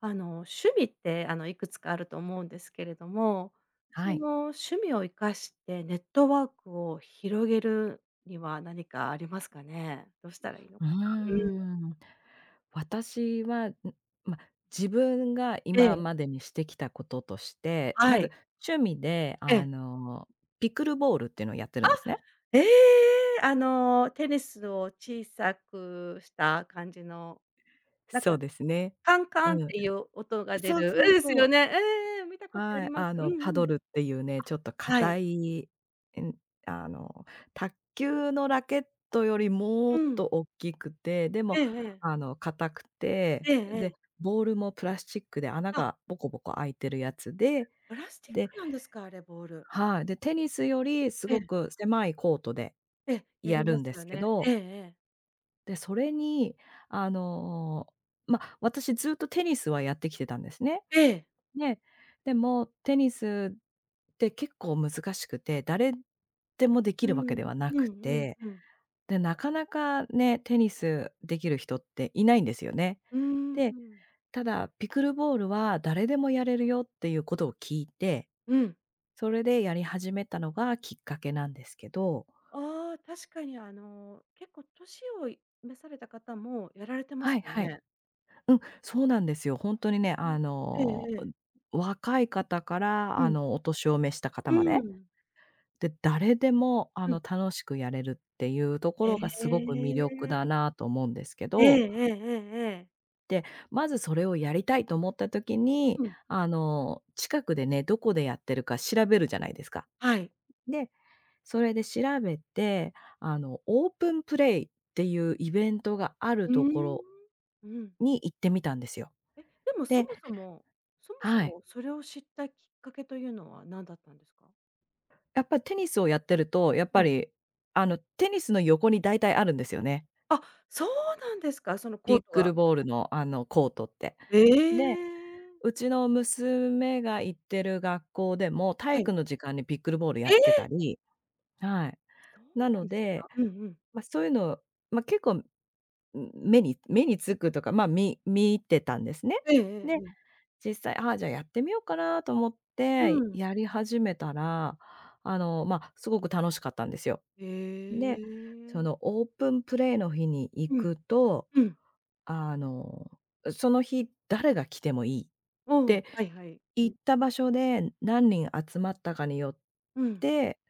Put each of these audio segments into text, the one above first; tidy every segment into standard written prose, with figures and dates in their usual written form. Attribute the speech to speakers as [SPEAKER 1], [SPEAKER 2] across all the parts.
[SPEAKER 1] 趣味って、いくつかあると思うんですけれども、
[SPEAKER 2] は
[SPEAKER 1] そ
[SPEAKER 2] い。
[SPEAKER 1] の趣味を生かしてネットワークを広げるには何かありますかね？どうしたらいいの
[SPEAKER 2] うー
[SPEAKER 1] かな？うん。
[SPEAKER 2] ん。私は、ま、自分が
[SPEAKER 1] え
[SPEAKER 2] 今
[SPEAKER 1] え、
[SPEAKER 2] までにしてきたこととして、ま
[SPEAKER 1] は
[SPEAKER 2] ず
[SPEAKER 1] い。
[SPEAKER 2] 趣味で、
[SPEAKER 1] ええ。
[SPEAKER 2] ピクルボールっていうのをやってる
[SPEAKER 1] あ、
[SPEAKER 2] んですね。
[SPEAKER 1] ええ！あの、テニスを小さくした感じの、なんか、
[SPEAKER 2] そうですね。
[SPEAKER 1] カン
[SPEAKER 2] う
[SPEAKER 1] カンっ
[SPEAKER 2] ん。
[SPEAKER 1] ていう音が出
[SPEAKER 2] そう
[SPEAKER 1] る
[SPEAKER 2] そう
[SPEAKER 1] え、です
[SPEAKER 2] そ
[SPEAKER 1] よ
[SPEAKER 2] う。
[SPEAKER 1] ね。ええええ、見たことあ
[SPEAKER 2] は
[SPEAKER 1] り
[SPEAKER 2] い、
[SPEAKER 1] ます。
[SPEAKER 2] あ
[SPEAKER 1] うん
[SPEAKER 2] の、
[SPEAKER 1] う
[SPEAKER 2] パド
[SPEAKER 1] ん。
[SPEAKER 2] ルっていうね、ちょっと
[SPEAKER 1] はい。
[SPEAKER 2] 硬い、えんあの、卓球のラケットよりも
[SPEAKER 1] う
[SPEAKER 2] っと
[SPEAKER 1] ん。
[SPEAKER 2] 大きくて、でも、
[SPEAKER 1] えええ
[SPEAKER 2] あ
[SPEAKER 1] え。
[SPEAKER 2] の、硬くて、
[SPEAKER 1] えええ
[SPEAKER 2] で、
[SPEAKER 1] え。
[SPEAKER 2] ボールもプラスチックで穴
[SPEAKER 1] あ、
[SPEAKER 2] がボコボコ開いてるやつで、
[SPEAKER 1] プラスチッ
[SPEAKER 2] で
[SPEAKER 1] クなんですか、あれ、ボール。
[SPEAKER 2] はい、で、テニスよりす
[SPEAKER 1] ええ。
[SPEAKER 2] ごく狭いコートで
[SPEAKER 1] ええ、や
[SPEAKER 2] や
[SPEAKER 1] り
[SPEAKER 2] る
[SPEAKER 1] ま
[SPEAKER 2] んで
[SPEAKER 1] す
[SPEAKER 2] す
[SPEAKER 1] よ
[SPEAKER 2] け
[SPEAKER 1] ね。え
[SPEAKER 2] ど、
[SPEAKER 1] えええ。
[SPEAKER 2] それに、あの、ま、私ずっとテニスはやってきてたんですね。
[SPEAKER 1] ええ。
[SPEAKER 2] ね、でもテニスって結構難しくて、誰でもでき
[SPEAKER 1] う
[SPEAKER 2] るわけで
[SPEAKER 1] ん。
[SPEAKER 2] はな
[SPEAKER 1] うん
[SPEAKER 2] く
[SPEAKER 1] うん
[SPEAKER 2] て、
[SPEAKER 1] うん。
[SPEAKER 2] で、なかなかね、テニスできる人っていないんですよね。
[SPEAKER 1] うー
[SPEAKER 2] で、
[SPEAKER 1] ん。
[SPEAKER 2] ただピクルボールは誰でもやれるよっていうことを聞いて、
[SPEAKER 1] うん。
[SPEAKER 2] それでやり始めたのがきっかけなんですけど、
[SPEAKER 1] ああ、確かにあの、結構年を召された方もやられてま
[SPEAKER 2] は
[SPEAKER 1] す
[SPEAKER 2] い
[SPEAKER 1] よ
[SPEAKER 2] はい。
[SPEAKER 1] ね。
[SPEAKER 2] そうなんですよ。ほんとにね、
[SPEAKER 1] う
[SPEAKER 2] あ
[SPEAKER 1] ん。ええ
[SPEAKER 2] の、
[SPEAKER 1] ええ。
[SPEAKER 2] 若い方から、
[SPEAKER 1] う
[SPEAKER 2] あ
[SPEAKER 1] ん。
[SPEAKER 2] の、お年を召した方
[SPEAKER 1] う
[SPEAKER 2] まで。
[SPEAKER 1] ーん。
[SPEAKER 2] で、誰でも、あ
[SPEAKER 1] うん。
[SPEAKER 2] の、楽しくやれるっていうとこ
[SPEAKER 1] え
[SPEAKER 2] ろがすごく
[SPEAKER 1] え。
[SPEAKER 2] 魅力だなと思うんですけ
[SPEAKER 1] え
[SPEAKER 2] ど、
[SPEAKER 1] えええええええ。
[SPEAKER 2] で、まずそれをやりたいと思った時に、
[SPEAKER 1] うん。
[SPEAKER 2] あの、近くでね、どこでやってるか調べるじゃないですか。
[SPEAKER 1] はい。
[SPEAKER 2] で、それで調べて、あの、オープンプレイっていうイベントがある
[SPEAKER 1] うー
[SPEAKER 2] とこ
[SPEAKER 1] ん。
[SPEAKER 2] ろ
[SPEAKER 1] うん。
[SPEAKER 2] に行ってみたんですよ。
[SPEAKER 1] え、でもそ
[SPEAKER 2] で
[SPEAKER 1] もそもそもそ
[SPEAKER 2] はい。
[SPEAKER 1] もそれを知ったきっかけというのは何だったんですか？
[SPEAKER 2] やっぱりテニスをやってると、やっぱ
[SPEAKER 1] ええ。
[SPEAKER 2] り、あの、テニスの横に大体あるんですよね。
[SPEAKER 1] あ、そうなんですか、その
[SPEAKER 2] ピ
[SPEAKER 1] コー
[SPEAKER 2] ッ
[SPEAKER 1] ト
[SPEAKER 2] クル
[SPEAKER 1] が
[SPEAKER 2] ボールの、あの、コートって。
[SPEAKER 1] え
[SPEAKER 2] で、
[SPEAKER 1] え。
[SPEAKER 2] うちの娘が行ってる学校でも、体
[SPEAKER 1] はい。
[SPEAKER 2] 育の時間にピックルボールやっ
[SPEAKER 1] え
[SPEAKER 2] てた
[SPEAKER 1] え！
[SPEAKER 2] り、はい。
[SPEAKER 1] そう
[SPEAKER 2] な
[SPEAKER 1] な
[SPEAKER 2] の
[SPEAKER 1] んです
[SPEAKER 2] で、
[SPEAKER 1] か。うんうん。
[SPEAKER 2] ま、そういうの、結構目につくとか、見てたんですね。
[SPEAKER 1] ええええ
[SPEAKER 2] で、
[SPEAKER 1] ええ
[SPEAKER 2] 実際、ああ、じゃあやってみようかなと思っ
[SPEAKER 1] う
[SPEAKER 2] て、
[SPEAKER 1] ん。
[SPEAKER 2] やり始めたら、あの、ま、すごく楽しかったんですよ。
[SPEAKER 1] へ
[SPEAKER 2] で、そ
[SPEAKER 1] え。
[SPEAKER 2] の
[SPEAKER 1] ええ
[SPEAKER 2] オープンプレイの日に行
[SPEAKER 1] うん、
[SPEAKER 2] くと、
[SPEAKER 1] うん。
[SPEAKER 2] あの、その日誰が来てもいいっ
[SPEAKER 1] おお、
[SPEAKER 2] て、
[SPEAKER 1] はいはい。う
[SPEAKER 2] 行
[SPEAKER 1] ん。
[SPEAKER 2] った場所で何人集まったかによっ
[SPEAKER 1] うん。
[SPEAKER 2] て、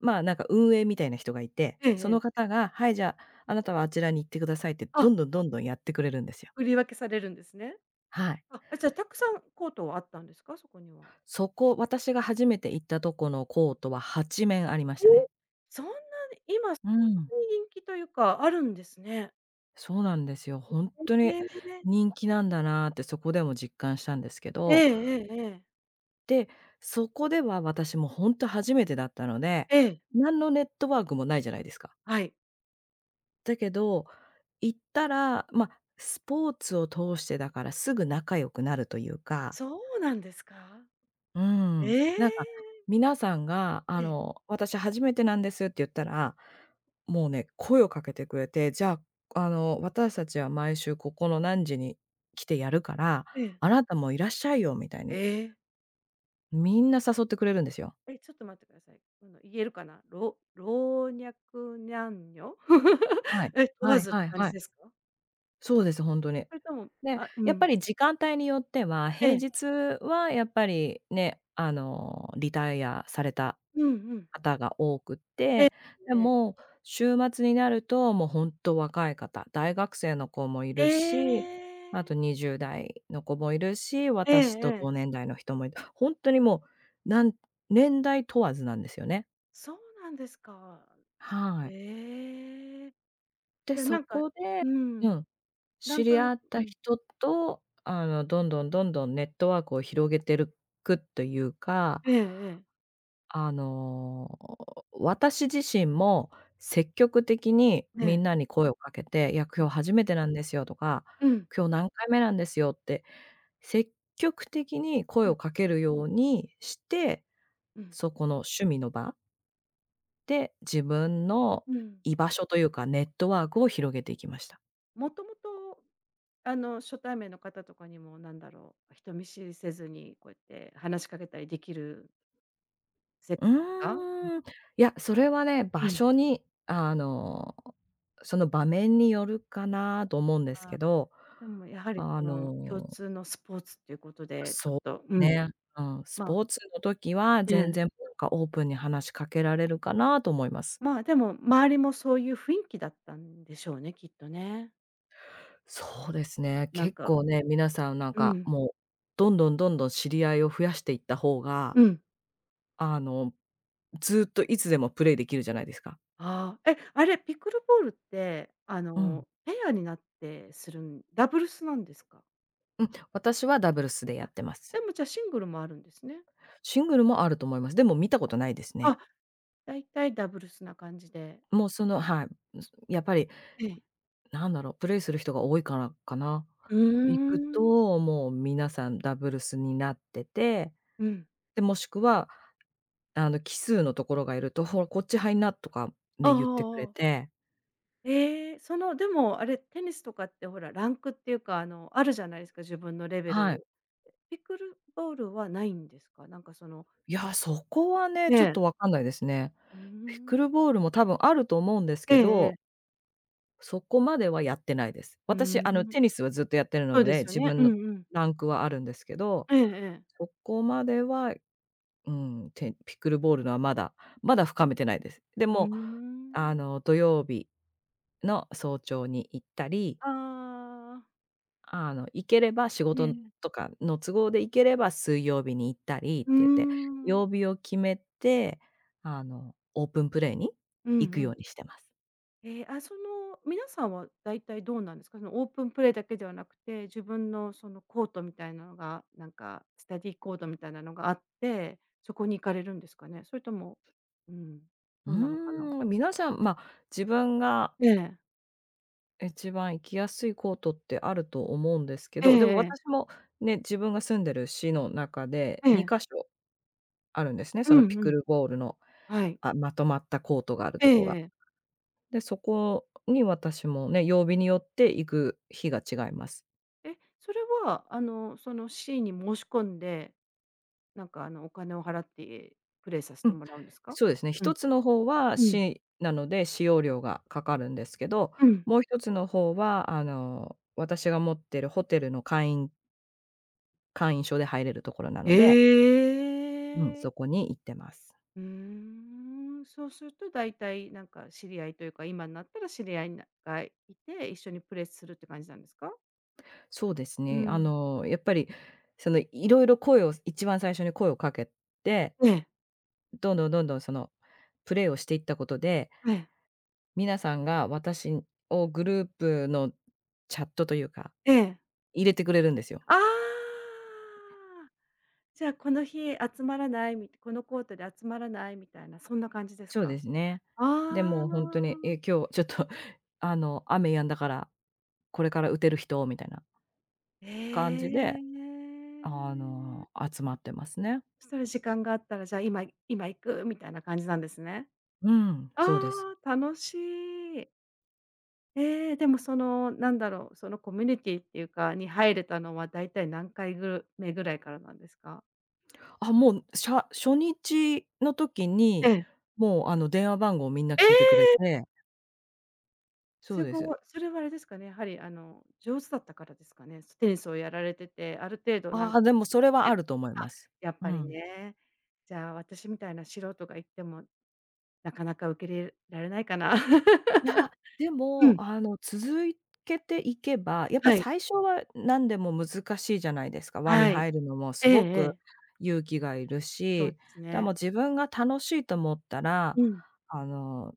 [SPEAKER 2] まあ、なんか運営みたいな人がいて、
[SPEAKER 1] ええ
[SPEAKER 2] そ
[SPEAKER 1] え
[SPEAKER 2] の
[SPEAKER 1] え。
[SPEAKER 2] 方が「はい、じゃあ、あなたはあちらに行ってください」ってど
[SPEAKER 1] あ、
[SPEAKER 2] んどんどんどんやってくれるんですよ。
[SPEAKER 1] 振り分けされるんですね。
[SPEAKER 2] はい。
[SPEAKER 1] あ、え、じゃあたくさんコートはあったんですか？そこには。
[SPEAKER 2] そこ、私が初めて行ったとこのコートは8面ありまし
[SPEAKER 1] え
[SPEAKER 2] た
[SPEAKER 1] え！
[SPEAKER 2] ね。
[SPEAKER 1] そんなに今、そ
[SPEAKER 2] うん。
[SPEAKER 1] んなに人気というか、あるんですね。
[SPEAKER 2] そうなんですよ。ほんとに
[SPEAKER 1] へえ。
[SPEAKER 2] 人気なんだなってそこでも実感したんですけ
[SPEAKER 1] ええ
[SPEAKER 2] ど、
[SPEAKER 1] ええええ。
[SPEAKER 2] で、そこでは私もほんと初めてだったので、
[SPEAKER 1] ええ、
[SPEAKER 2] 何のネットワークもないじゃないですか。
[SPEAKER 1] はい。
[SPEAKER 2] だけど、行ったら、ま、スポーツを通してだからすぐ仲良くなるというか、
[SPEAKER 1] そうなんですか？
[SPEAKER 2] うーん、
[SPEAKER 1] ええ。
[SPEAKER 2] なんか皆さんがあ
[SPEAKER 1] ええ、ええ。
[SPEAKER 2] の、「私初めてなんです」って言ったら、もうね、声をかけてくれて、「じゃあ、あの、私たちは毎週ここの何時に来てやるから、
[SPEAKER 1] ええ。
[SPEAKER 2] あなたもいらっしゃいよ」みたいに、
[SPEAKER 1] ええ
[SPEAKER 2] みんな誘ってくれるんですよ。
[SPEAKER 1] え、ちょっと待ってください。あの、言えるかな？老若男女
[SPEAKER 2] はい。
[SPEAKER 1] え、問
[SPEAKER 2] は
[SPEAKER 1] わ
[SPEAKER 2] い
[SPEAKER 1] ずっ
[SPEAKER 2] は
[SPEAKER 1] て
[SPEAKER 2] い
[SPEAKER 1] 感
[SPEAKER 2] は
[SPEAKER 1] じ
[SPEAKER 2] い。
[SPEAKER 1] ですか？
[SPEAKER 2] そうです、ほんとに。
[SPEAKER 1] それとも
[SPEAKER 2] で、
[SPEAKER 1] あ、う
[SPEAKER 2] やっぱ
[SPEAKER 1] ん。
[SPEAKER 2] り時間帯によっては、
[SPEAKER 1] え
[SPEAKER 2] 平
[SPEAKER 1] え。
[SPEAKER 2] 日はやっぱりね、あの、リタイアされた
[SPEAKER 1] うんうん。
[SPEAKER 2] 方が多くっ
[SPEAKER 1] ええ
[SPEAKER 2] て、で
[SPEAKER 1] ええ。
[SPEAKER 2] も、週末になると、もうほんと若い方、大学生の子もい
[SPEAKER 1] え
[SPEAKER 2] るし、あと
[SPEAKER 1] え。
[SPEAKER 2] 20代の子もいるし、
[SPEAKER 1] え
[SPEAKER 2] 私と
[SPEAKER 1] えええ
[SPEAKER 2] 同年代の人もいて、ほんとにもう、なん年代問わずなんですよね。
[SPEAKER 1] そうなんですか。
[SPEAKER 2] はい。
[SPEAKER 1] ええ。
[SPEAKER 2] で、
[SPEAKER 1] じゃ、な
[SPEAKER 2] そ
[SPEAKER 1] んか
[SPEAKER 2] こで
[SPEAKER 1] う
[SPEAKER 2] う
[SPEAKER 1] ん、
[SPEAKER 2] ん。
[SPEAKER 1] な
[SPEAKER 2] 知
[SPEAKER 1] ん
[SPEAKER 2] り
[SPEAKER 1] となく
[SPEAKER 2] 合っ
[SPEAKER 1] う
[SPEAKER 2] た
[SPEAKER 1] ん。
[SPEAKER 2] 人と、あの、どんどんどんどんネットワークを広げてるくというか、
[SPEAKER 1] ええええ。
[SPEAKER 2] あの、私自身も積極的に
[SPEAKER 1] え
[SPEAKER 2] みん
[SPEAKER 1] え。
[SPEAKER 2] なに声をかけて、いや、
[SPEAKER 1] う
[SPEAKER 2] 今
[SPEAKER 1] ん。
[SPEAKER 2] 日初めてなんですよとか、
[SPEAKER 1] うん。
[SPEAKER 2] 今日何回目なんですよって、積極的に声
[SPEAKER 1] うん
[SPEAKER 2] をかけるようにして、
[SPEAKER 1] うん。
[SPEAKER 2] そこの趣味の場で自分の
[SPEAKER 1] うん。
[SPEAKER 2] 居場所というか、ネットワークを広げていきました。
[SPEAKER 1] もともと、あの、初対面の方とかにもなんだろう、人見知りせずに、こうやって話しかけたりできるせ
[SPEAKER 2] う
[SPEAKER 1] か？
[SPEAKER 2] ーん。いや、それはね、
[SPEAKER 1] う
[SPEAKER 2] 場
[SPEAKER 1] ん。
[SPEAKER 2] 所に、あの、その場面によるかなと思うんです
[SPEAKER 1] あ
[SPEAKER 2] けど、
[SPEAKER 1] でもやはり
[SPEAKER 2] あ
[SPEAKER 1] この共
[SPEAKER 2] の、
[SPEAKER 1] 通のスポーツっていうことで、ちょっ
[SPEAKER 2] そ
[SPEAKER 1] と、
[SPEAKER 2] う
[SPEAKER 1] うん、
[SPEAKER 2] ね、うん、ス
[SPEAKER 1] ま
[SPEAKER 2] ポー
[SPEAKER 1] あ
[SPEAKER 2] ツの時は
[SPEAKER 1] え
[SPEAKER 2] 全
[SPEAKER 1] え、
[SPEAKER 2] 然なんかオープンに話しかけられるかなと思います。
[SPEAKER 1] まあ、でも周りもそういう雰囲気だったんでしょうね、きっとね。
[SPEAKER 2] そうですね、
[SPEAKER 1] なん
[SPEAKER 2] 結
[SPEAKER 1] か
[SPEAKER 2] 構ね、皆さんなん
[SPEAKER 1] う
[SPEAKER 2] か
[SPEAKER 1] ん、
[SPEAKER 2] もう、どんどんどんどん知り合いを増やしていった方が、
[SPEAKER 1] うん。
[SPEAKER 2] あの、ずっといつでもプレイできるじゃないですか。
[SPEAKER 1] ああ、え、あれ、ピクルボールって、あ
[SPEAKER 2] うん。
[SPEAKER 1] の、ペアになってするんダブルスなんですか？
[SPEAKER 2] うん、私はダブルスでやっ
[SPEAKER 1] あ、
[SPEAKER 2] てます。
[SPEAKER 1] でもじゃあシングルもあるんですね。
[SPEAKER 2] シングルもあると思います。でも見たことないですね。
[SPEAKER 1] あだいたいダブルスな感じで。
[SPEAKER 2] もうそのはい。やっぱり、
[SPEAKER 1] ええ。
[SPEAKER 2] なんだろう、プレイする人が多いからかな。
[SPEAKER 1] う
[SPEAKER 2] 行
[SPEAKER 1] ー
[SPEAKER 2] く
[SPEAKER 1] ん。
[SPEAKER 2] と、もう皆さんダブルスになってて、
[SPEAKER 1] うん。
[SPEAKER 2] で、もしくは、あの、奇数のところがいると、「ほら、こっち入んな」とか
[SPEAKER 1] ああ
[SPEAKER 2] ね、
[SPEAKER 1] あ
[SPEAKER 2] 言ってく
[SPEAKER 1] あ
[SPEAKER 2] れ
[SPEAKER 1] ああ。
[SPEAKER 2] て、
[SPEAKER 1] ええ、その、でも、あれ、テニスとかってほら、ランクっていうか、あの、あるじゃないですか、自分のレベ
[SPEAKER 2] はい。
[SPEAKER 1] ル。ピクルボールはないんですか？なんかその
[SPEAKER 2] いや、そこはね、
[SPEAKER 1] ね、
[SPEAKER 2] ちょっと
[SPEAKER 1] え。
[SPEAKER 2] わかんないですね。
[SPEAKER 1] うー
[SPEAKER 2] ピックル
[SPEAKER 1] ん。
[SPEAKER 2] ボールも多分あると思うんです
[SPEAKER 1] え
[SPEAKER 2] け
[SPEAKER 1] ええ
[SPEAKER 2] ど、
[SPEAKER 1] え。
[SPEAKER 2] そこまではやってないです。
[SPEAKER 1] うー
[SPEAKER 2] 私、あの、
[SPEAKER 1] ん。
[SPEAKER 2] テニスはずっとやってるの
[SPEAKER 1] そうで
[SPEAKER 2] で、
[SPEAKER 1] すよ
[SPEAKER 2] 自
[SPEAKER 1] ね。
[SPEAKER 2] 分
[SPEAKER 1] うん
[SPEAKER 2] の
[SPEAKER 1] うん。
[SPEAKER 2] ランクはあるんですけど、
[SPEAKER 1] ええええ。
[SPEAKER 2] そこまでは、ピックルボールのはまだまだ深めてないです。で
[SPEAKER 1] うー
[SPEAKER 2] も、あ
[SPEAKER 1] ん。
[SPEAKER 2] の、土曜日の早朝に行ったり、
[SPEAKER 1] ああ。
[SPEAKER 2] あの、行ければ仕
[SPEAKER 1] え
[SPEAKER 2] 事
[SPEAKER 1] え。
[SPEAKER 2] とかの都合で行ければ水曜日に行ったりっ
[SPEAKER 1] う
[SPEAKER 2] て
[SPEAKER 1] ー
[SPEAKER 2] 言って、
[SPEAKER 1] ん。
[SPEAKER 2] 曜日を決めて、あの、オープンプレイに
[SPEAKER 1] うんう
[SPEAKER 2] 行くよう
[SPEAKER 1] ん。
[SPEAKER 2] にしてます。
[SPEAKER 1] えーあ、その、皆さんは大体どうなんですか？そのオープンプレイだけではなくて、自分のそのコートみたいなのが、なんかスタディーコートみたいなのがあって、そこに行かれるんですかね？それとも、うん、
[SPEAKER 2] う
[SPEAKER 1] どうなのかな？
[SPEAKER 2] ーん、皆さん、まあ、自分が
[SPEAKER 1] ええ。
[SPEAKER 2] 一番行きやすいコートってあると思うんですけ
[SPEAKER 1] ええ
[SPEAKER 2] ど、でも
[SPEAKER 1] え
[SPEAKER 2] 私
[SPEAKER 1] え。
[SPEAKER 2] もね、自分が住んでる市の中で
[SPEAKER 1] ええ。
[SPEAKER 2] 2か所あるんですね、
[SPEAKER 1] う
[SPEAKER 2] その
[SPEAKER 1] ん
[SPEAKER 2] ピ
[SPEAKER 1] う
[SPEAKER 2] ク
[SPEAKER 1] ん。
[SPEAKER 2] ルボールの、
[SPEAKER 1] はい。
[SPEAKER 2] あ、まとまったコートがある
[SPEAKER 1] ええ
[SPEAKER 2] とこが。
[SPEAKER 1] ええ。
[SPEAKER 2] で、そこに私もね、曜日によって行く日が違います。
[SPEAKER 1] え、それは、あの、そのシーンに申し込んで、なんか、あの、お金を払ってプレイさせ
[SPEAKER 2] う
[SPEAKER 1] て
[SPEAKER 2] ん。
[SPEAKER 1] もらうんですか？
[SPEAKER 2] そうですね、
[SPEAKER 1] うん。
[SPEAKER 2] 一つの方は
[SPEAKER 1] うん。
[SPEAKER 2] 市なので使用料がかかるんですけど、
[SPEAKER 1] うん。
[SPEAKER 2] もう一つの方はあの、私が持ってるホテルの会員証で入れるところなの
[SPEAKER 1] え
[SPEAKER 2] で、うん、
[SPEAKER 1] え！
[SPEAKER 2] そこに行ってます。
[SPEAKER 1] うーん、そうすると大体なんか知り合いというか、今になったら知り合いがて、一緒にプレスするって感じなんですか？
[SPEAKER 2] そうです
[SPEAKER 1] う
[SPEAKER 2] ね。あ
[SPEAKER 1] ん。
[SPEAKER 2] の、やっぱり、その、いろいろ声を一番最初に声をかけて、
[SPEAKER 1] ええ、
[SPEAKER 2] どんどんどんどん、その、プレイをしていったことで、
[SPEAKER 1] ええ、
[SPEAKER 2] 皆さんが私をグループのチャットというか、
[SPEAKER 1] ええ。
[SPEAKER 2] 入れてくれるんですよ。
[SPEAKER 1] ああ、じゃあこのコートで集まらないみたいな、そんな感じです
[SPEAKER 2] そうで
[SPEAKER 1] か？
[SPEAKER 2] すね。
[SPEAKER 1] あ
[SPEAKER 2] で、
[SPEAKER 1] あ。
[SPEAKER 2] もう本当に、え、今日ちょっと、あの、雨止んだから、これから打てる人みたいな
[SPEAKER 1] え
[SPEAKER 2] 感じで、
[SPEAKER 1] え。
[SPEAKER 2] あの、集まってますね。
[SPEAKER 1] そしたら時間があったら、じゃあ今行くみたいな感じなんですね。
[SPEAKER 2] うん、
[SPEAKER 1] あ
[SPEAKER 2] そうです。
[SPEAKER 1] あ、楽しい。ええ、でもその、なんだろう、そのコミュニティっていうか、に入れたのはだいたい何回ぐ目ぐらいからなんですか？
[SPEAKER 2] あ、もう、初日の時
[SPEAKER 1] え
[SPEAKER 2] に、
[SPEAKER 1] え。
[SPEAKER 2] もう、あの、電話番号をみんな
[SPEAKER 1] え
[SPEAKER 2] 聞いてくれ
[SPEAKER 1] え！
[SPEAKER 2] て、そう
[SPEAKER 1] す
[SPEAKER 2] です。
[SPEAKER 1] ごい。それはあれですかね、やはりあの、上手だったからですかね？テニスをやられてて、ある程度なん
[SPEAKER 2] あ
[SPEAKER 1] か
[SPEAKER 2] あ、でもそれはあると思い
[SPEAKER 1] あ、
[SPEAKER 2] ます。
[SPEAKER 1] やっ
[SPEAKER 2] う
[SPEAKER 1] ぱり
[SPEAKER 2] ん。
[SPEAKER 1] ね。じゃあ、私みたいな素人が行っても、なかなか受け入れられないかな。
[SPEAKER 2] いや、で
[SPEAKER 1] う
[SPEAKER 2] も、
[SPEAKER 1] ん、
[SPEAKER 2] あの、けていけば、やっぱ
[SPEAKER 1] はい、
[SPEAKER 2] 最初は何でも難しいじゃないですか。輪に
[SPEAKER 1] はい。
[SPEAKER 2] 入るのも
[SPEAKER 1] え
[SPEAKER 2] す
[SPEAKER 1] え
[SPEAKER 2] ごく
[SPEAKER 1] ええ。
[SPEAKER 2] 勇気がいる
[SPEAKER 1] そう
[SPEAKER 2] し、
[SPEAKER 1] です
[SPEAKER 2] でも
[SPEAKER 1] ね。
[SPEAKER 2] 自分が楽しいと思ったら、
[SPEAKER 1] うん。
[SPEAKER 2] あの、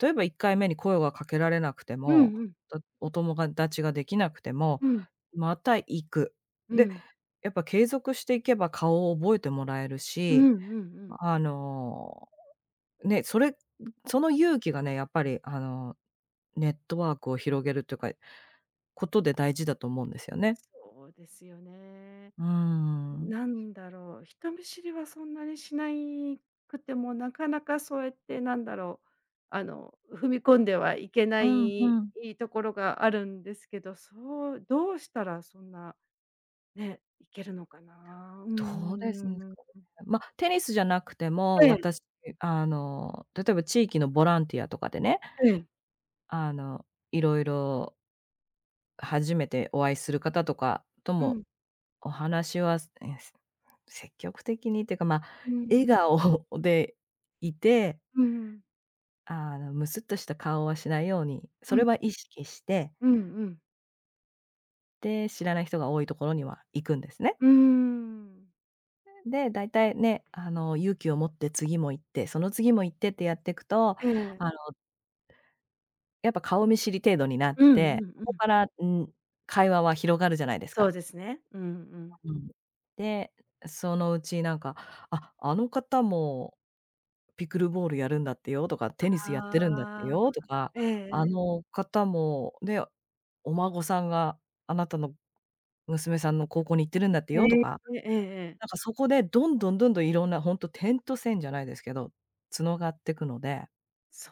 [SPEAKER 2] 例えば1回目に声がかけられなくて
[SPEAKER 1] う
[SPEAKER 2] も、
[SPEAKER 1] んうん。
[SPEAKER 2] お友達ができなくても、
[SPEAKER 1] うん。
[SPEAKER 2] また行く。
[SPEAKER 1] う
[SPEAKER 2] で、
[SPEAKER 1] ん。
[SPEAKER 2] やっぱ継続していけば顔を覚えてもらえる
[SPEAKER 1] うん
[SPEAKER 2] し、
[SPEAKER 1] うんうん。
[SPEAKER 2] あの、ね、それその勇気がね、やっぱりあの、ネットワークを広げるというか、ことで大事だと思うんですよね。
[SPEAKER 1] そうですよね。
[SPEAKER 2] うーん。
[SPEAKER 1] なんだろう、人見知りはそんなにしなくても、なかなかそうやってなんだろう、あの、踏み込んではいけな
[SPEAKER 2] うん
[SPEAKER 1] い
[SPEAKER 2] うん。
[SPEAKER 1] ところがあるんですけど、そうどうしたらそんな、ね、いけるのかな。う
[SPEAKER 2] どうですんか
[SPEAKER 1] ん。
[SPEAKER 2] ね。ま、テニスじゃなくても、
[SPEAKER 1] ええ
[SPEAKER 2] 私、例えば地域のボランティアとかでね、
[SPEAKER 1] ええ。
[SPEAKER 2] あの、いろいろ初めてお会いする方とかと
[SPEAKER 1] う
[SPEAKER 2] も
[SPEAKER 1] ん、
[SPEAKER 2] お話は、積極的にっていうか、まあ、
[SPEAKER 1] う
[SPEAKER 2] 笑
[SPEAKER 1] ん、
[SPEAKER 2] 顔でいて、
[SPEAKER 1] うん、うん、
[SPEAKER 2] むすっとした顔はしないように、そ
[SPEAKER 1] う
[SPEAKER 2] れは意識して、
[SPEAKER 1] ん、うん、
[SPEAKER 2] で、知らない人が多いところには行くんですね。
[SPEAKER 1] うーん。
[SPEAKER 2] で、だいたいね、勇気を持って次も行って、その次も行ってってやってくと、
[SPEAKER 1] え
[SPEAKER 2] あの、
[SPEAKER 1] え。
[SPEAKER 2] やっぱ顔見知り程度
[SPEAKER 1] うんうんうんうんうんうんうんええうん
[SPEAKER 2] になって、
[SPEAKER 1] うん
[SPEAKER 2] そ
[SPEAKER 1] う
[SPEAKER 2] こ
[SPEAKER 1] ん
[SPEAKER 2] から、会話は広がるじゃないです
[SPEAKER 1] そう
[SPEAKER 2] か。
[SPEAKER 1] ですね。うんうん。
[SPEAKER 2] うん。で、そのうちなんか、「あ、あの方もピクルボールやるんだってよ」とか、「テニ
[SPEAKER 1] あ
[SPEAKER 2] スやってるんだって
[SPEAKER 1] あ、
[SPEAKER 2] よ」とか、
[SPEAKER 1] ええ
[SPEAKER 2] 「あ
[SPEAKER 1] え。
[SPEAKER 2] の方もね、お孫さんがあなたの娘さんの高校に行ってるんだって
[SPEAKER 1] え
[SPEAKER 2] よ」と
[SPEAKER 1] え、
[SPEAKER 2] か、
[SPEAKER 1] ええええ。
[SPEAKER 2] なんかそこでどんどんどんどんいろんなほんと点と線じゃないですけど、繋がってくので、
[SPEAKER 1] そ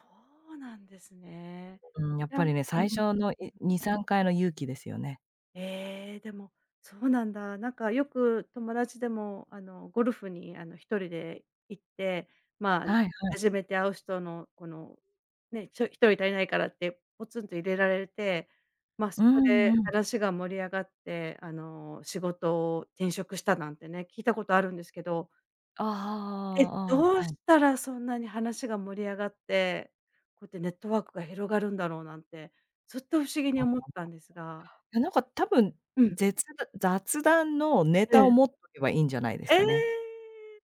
[SPEAKER 1] うなんですね。
[SPEAKER 2] うん、やっ
[SPEAKER 1] じゃ
[SPEAKER 2] ぱ
[SPEAKER 1] うん
[SPEAKER 2] りね、最
[SPEAKER 1] う
[SPEAKER 2] 初の
[SPEAKER 1] ん。
[SPEAKER 2] 2、3回の勇気ですよね。
[SPEAKER 1] ええ、でも、そうなんだ。なんかよく友達でも、あの、ゴルフに、あの、1人で行って、まあ、
[SPEAKER 2] はいはい。
[SPEAKER 1] 初めて会う人のこの、ね、1人足りないからってポツンと入れられて、まあ、
[SPEAKER 2] う
[SPEAKER 1] そこ
[SPEAKER 2] ん
[SPEAKER 1] で
[SPEAKER 2] うん。
[SPEAKER 1] 話が盛り上がって、あの、仕事を転職したなんてね、聞いたことあるんですけど
[SPEAKER 2] ああ
[SPEAKER 1] え、
[SPEAKER 2] あああ
[SPEAKER 1] どう
[SPEAKER 2] あ、ああ、
[SPEAKER 1] したらそんなに話が盛り上がって、こうやってネットワークが広がるんだろうなんて、ずっと不思議に思っ
[SPEAKER 2] あ。
[SPEAKER 1] てたんですが。
[SPEAKER 2] や、なんか多分、
[SPEAKER 1] うん、
[SPEAKER 2] ぜつだ雑談のネ
[SPEAKER 1] え
[SPEAKER 2] タを
[SPEAKER 1] え。
[SPEAKER 2] 持っとけばいいんじゃないです
[SPEAKER 1] え
[SPEAKER 2] かね。
[SPEAKER 1] え！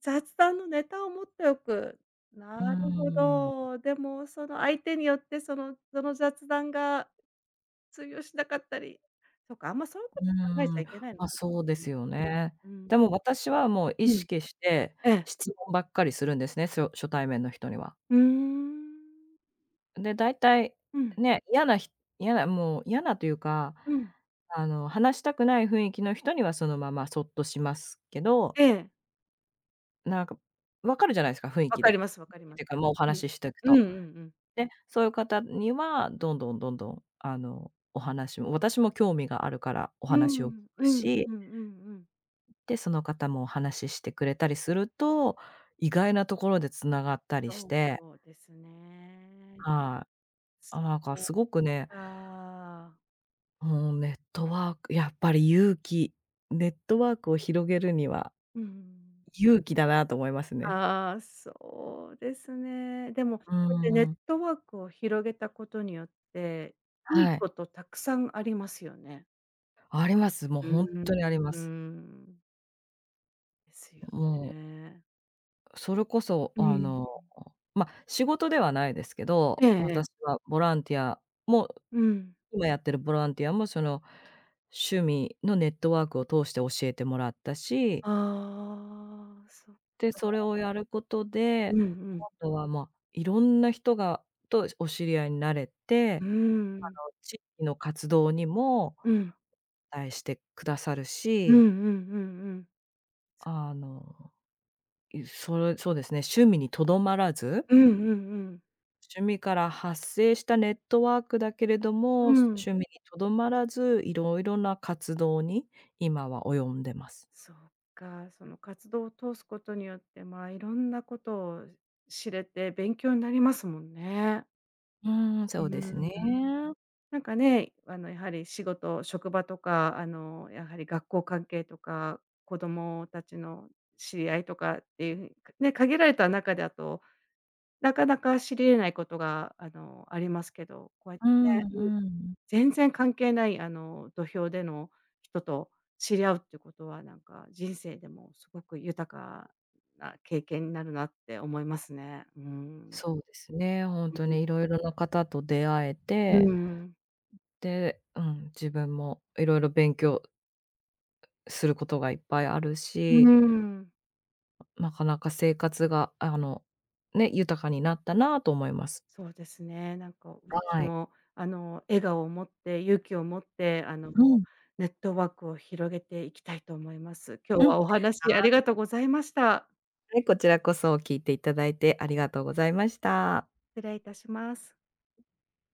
[SPEAKER 1] 雑談のネタを持っておく。な
[SPEAKER 2] うー
[SPEAKER 1] るほ
[SPEAKER 2] ん。
[SPEAKER 1] ど。でもその相手によってその雑談が通用しなかったり、そっか、あんまそういうこと
[SPEAKER 2] う
[SPEAKER 1] 考えち
[SPEAKER 2] ー
[SPEAKER 1] ゃ
[SPEAKER 2] ん。
[SPEAKER 1] いけないのか。
[SPEAKER 2] ま、そうで
[SPEAKER 1] う
[SPEAKER 2] す
[SPEAKER 1] ん、
[SPEAKER 2] よね。
[SPEAKER 1] うん、
[SPEAKER 2] でも私はもう意
[SPEAKER 1] うん。
[SPEAKER 2] 識して、
[SPEAKER 1] ええ。
[SPEAKER 2] 質問ばっかりするんですね、初対面の人には。
[SPEAKER 1] うーん。
[SPEAKER 2] で、大体
[SPEAKER 1] うん、
[SPEAKER 2] ね、嫌なひ嫌なもう嫌な、というか、
[SPEAKER 1] うん。
[SPEAKER 2] 話したくない雰囲気の人にはそのままそっとしますけど、
[SPEAKER 1] ええ。
[SPEAKER 2] なんか分かるじゃないですか、雰囲
[SPEAKER 1] わ
[SPEAKER 2] 気
[SPEAKER 1] かり
[SPEAKER 2] で。
[SPEAKER 1] ますわか
[SPEAKER 2] 雰囲
[SPEAKER 1] り
[SPEAKER 2] 気っ
[SPEAKER 1] ま
[SPEAKER 2] てい
[SPEAKER 1] す。
[SPEAKER 2] うか、もうお
[SPEAKER 1] うん。
[SPEAKER 2] 話ししてく
[SPEAKER 1] うんう
[SPEAKER 2] と。
[SPEAKER 1] んうん。
[SPEAKER 2] で、そういう方には、どんどんどんどん、お話も私も興味があるからお
[SPEAKER 1] う
[SPEAKER 2] 話を聞
[SPEAKER 1] ん、
[SPEAKER 2] く
[SPEAKER 1] うんうんう
[SPEAKER 2] し、
[SPEAKER 1] んうん。
[SPEAKER 2] で、その方もお話ししてくれたりすると、意外なところで繋がったりし
[SPEAKER 1] そう
[SPEAKER 2] て、
[SPEAKER 1] そうですね。
[SPEAKER 2] はい。
[SPEAKER 1] そ
[SPEAKER 2] あ、なんか
[SPEAKER 1] う
[SPEAKER 2] すごくね、
[SPEAKER 1] か。
[SPEAKER 2] もうネットワークやっぱり勇気、ネットワークを広げるには
[SPEAKER 1] うん。
[SPEAKER 2] 勇気だなと思いますね。
[SPEAKER 1] ああ、そうですね。でも、こ
[SPEAKER 2] うー
[SPEAKER 1] うやってネッ
[SPEAKER 2] ん、
[SPEAKER 1] トワークを広げたことによって、いい
[SPEAKER 2] はい。
[SPEAKER 1] ことたくさんありますよね。
[SPEAKER 2] あります。もう
[SPEAKER 1] う
[SPEAKER 2] ほん
[SPEAKER 1] ん、
[SPEAKER 2] とにありま
[SPEAKER 1] う
[SPEAKER 2] す。
[SPEAKER 1] ん。ですよ
[SPEAKER 2] も
[SPEAKER 1] ね。
[SPEAKER 2] う、それこそ、
[SPEAKER 1] うん。
[SPEAKER 2] ま、仕事ではないですけ
[SPEAKER 1] え
[SPEAKER 2] ど、
[SPEAKER 1] ええ
[SPEAKER 2] 私
[SPEAKER 1] え。
[SPEAKER 2] はボランティアも
[SPEAKER 1] うん。
[SPEAKER 2] 今やってるボランティアもその、趣味のネットワークを通して教えてもらったし、
[SPEAKER 1] ああ、そっ
[SPEAKER 2] で、
[SPEAKER 1] か。
[SPEAKER 2] それをやること
[SPEAKER 1] う
[SPEAKER 2] で、
[SPEAKER 1] んうん。
[SPEAKER 2] 今度はま、いろんな人がとお知り合いになれ
[SPEAKER 1] う
[SPEAKER 2] て、
[SPEAKER 1] ーん。
[SPEAKER 2] 地域の活動にも
[SPEAKER 1] うん。
[SPEAKER 2] 対してくださる
[SPEAKER 1] うんう
[SPEAKER 2] し、
[SPEAKER 1] んうんうん。
[SPEAKER 2] あの、いそれそうですね、趣味にとどまらず、
[SPEAKER 1] うんうんうん。
[SPEAKER 2] 趣味から発生したネットワークだけれど
[SPEAKER 1] う
[SPEAKER 2] も、
[SPEAKER 1] ん。
[SPEAKER 2] 趣味にとどまらず、いろいろな活動に今は及んでます。
[SPEAKER 1] そっか、その活動を通すことによって、まあ、いろんなことを知れて勉強になりますもんね。
[SPEAKER 2] うーん、
[SPEAKER 1] う
[SPEAKER 2] そうですね。
[SPEAKER 1] ん。なんかね、あの、やはり仕事、職場とか、あの、やはり学校関係とか、子供たちの知り合いとかっていう、ね、限られた中だと、なかなか知り得ないことが、あの、ありますけど、こうやって
[SPEAKER 2] うん
[SPEAKER 1] ね
[SPEAKER 2] うん。
[SPEAKER 1] 全然関係ない、あの、土俵での人と知り合うってことは、なんか、人生でもすごく豊かな経験になるなって思いますね。うん。
[SPEAKER 2] そうですね、ほんとにいろいろな方と出会え
[SPEAKER 1] う
[SPEAKER 2] て、
[SPEAKER 1] ん。
[SPEAKER 2] で、うん、自分もいろいろ勉強することがいっぱいある
[SPEAKER 1] う
[SPEAKER 2] し、
[SPEAKER 1] ん。
[SPEAKER 2] なかなか生活が、ね、豊かになったなと思います。
[SPEAKER 1] そうですね。なんか、私
[SPEAKER 2] はい。
[SPEAKER 1] も、あの、笑顔を持って、勇気を持って、あの、
[SPEAKER 2] うん、
[SPEAKER 1] ネットワークを広げていきたいと思います。今日
[SPEAKER 2] うん。
[SPEAKER 1] はお話あ
[SPEAKER 2] は
[SPEAKER 1] りがとうございました。
[SPEAKER 2] はい、こちらこそ聞いていただいてありがとうございました。
[SPEAKER 1] 失礼いたします。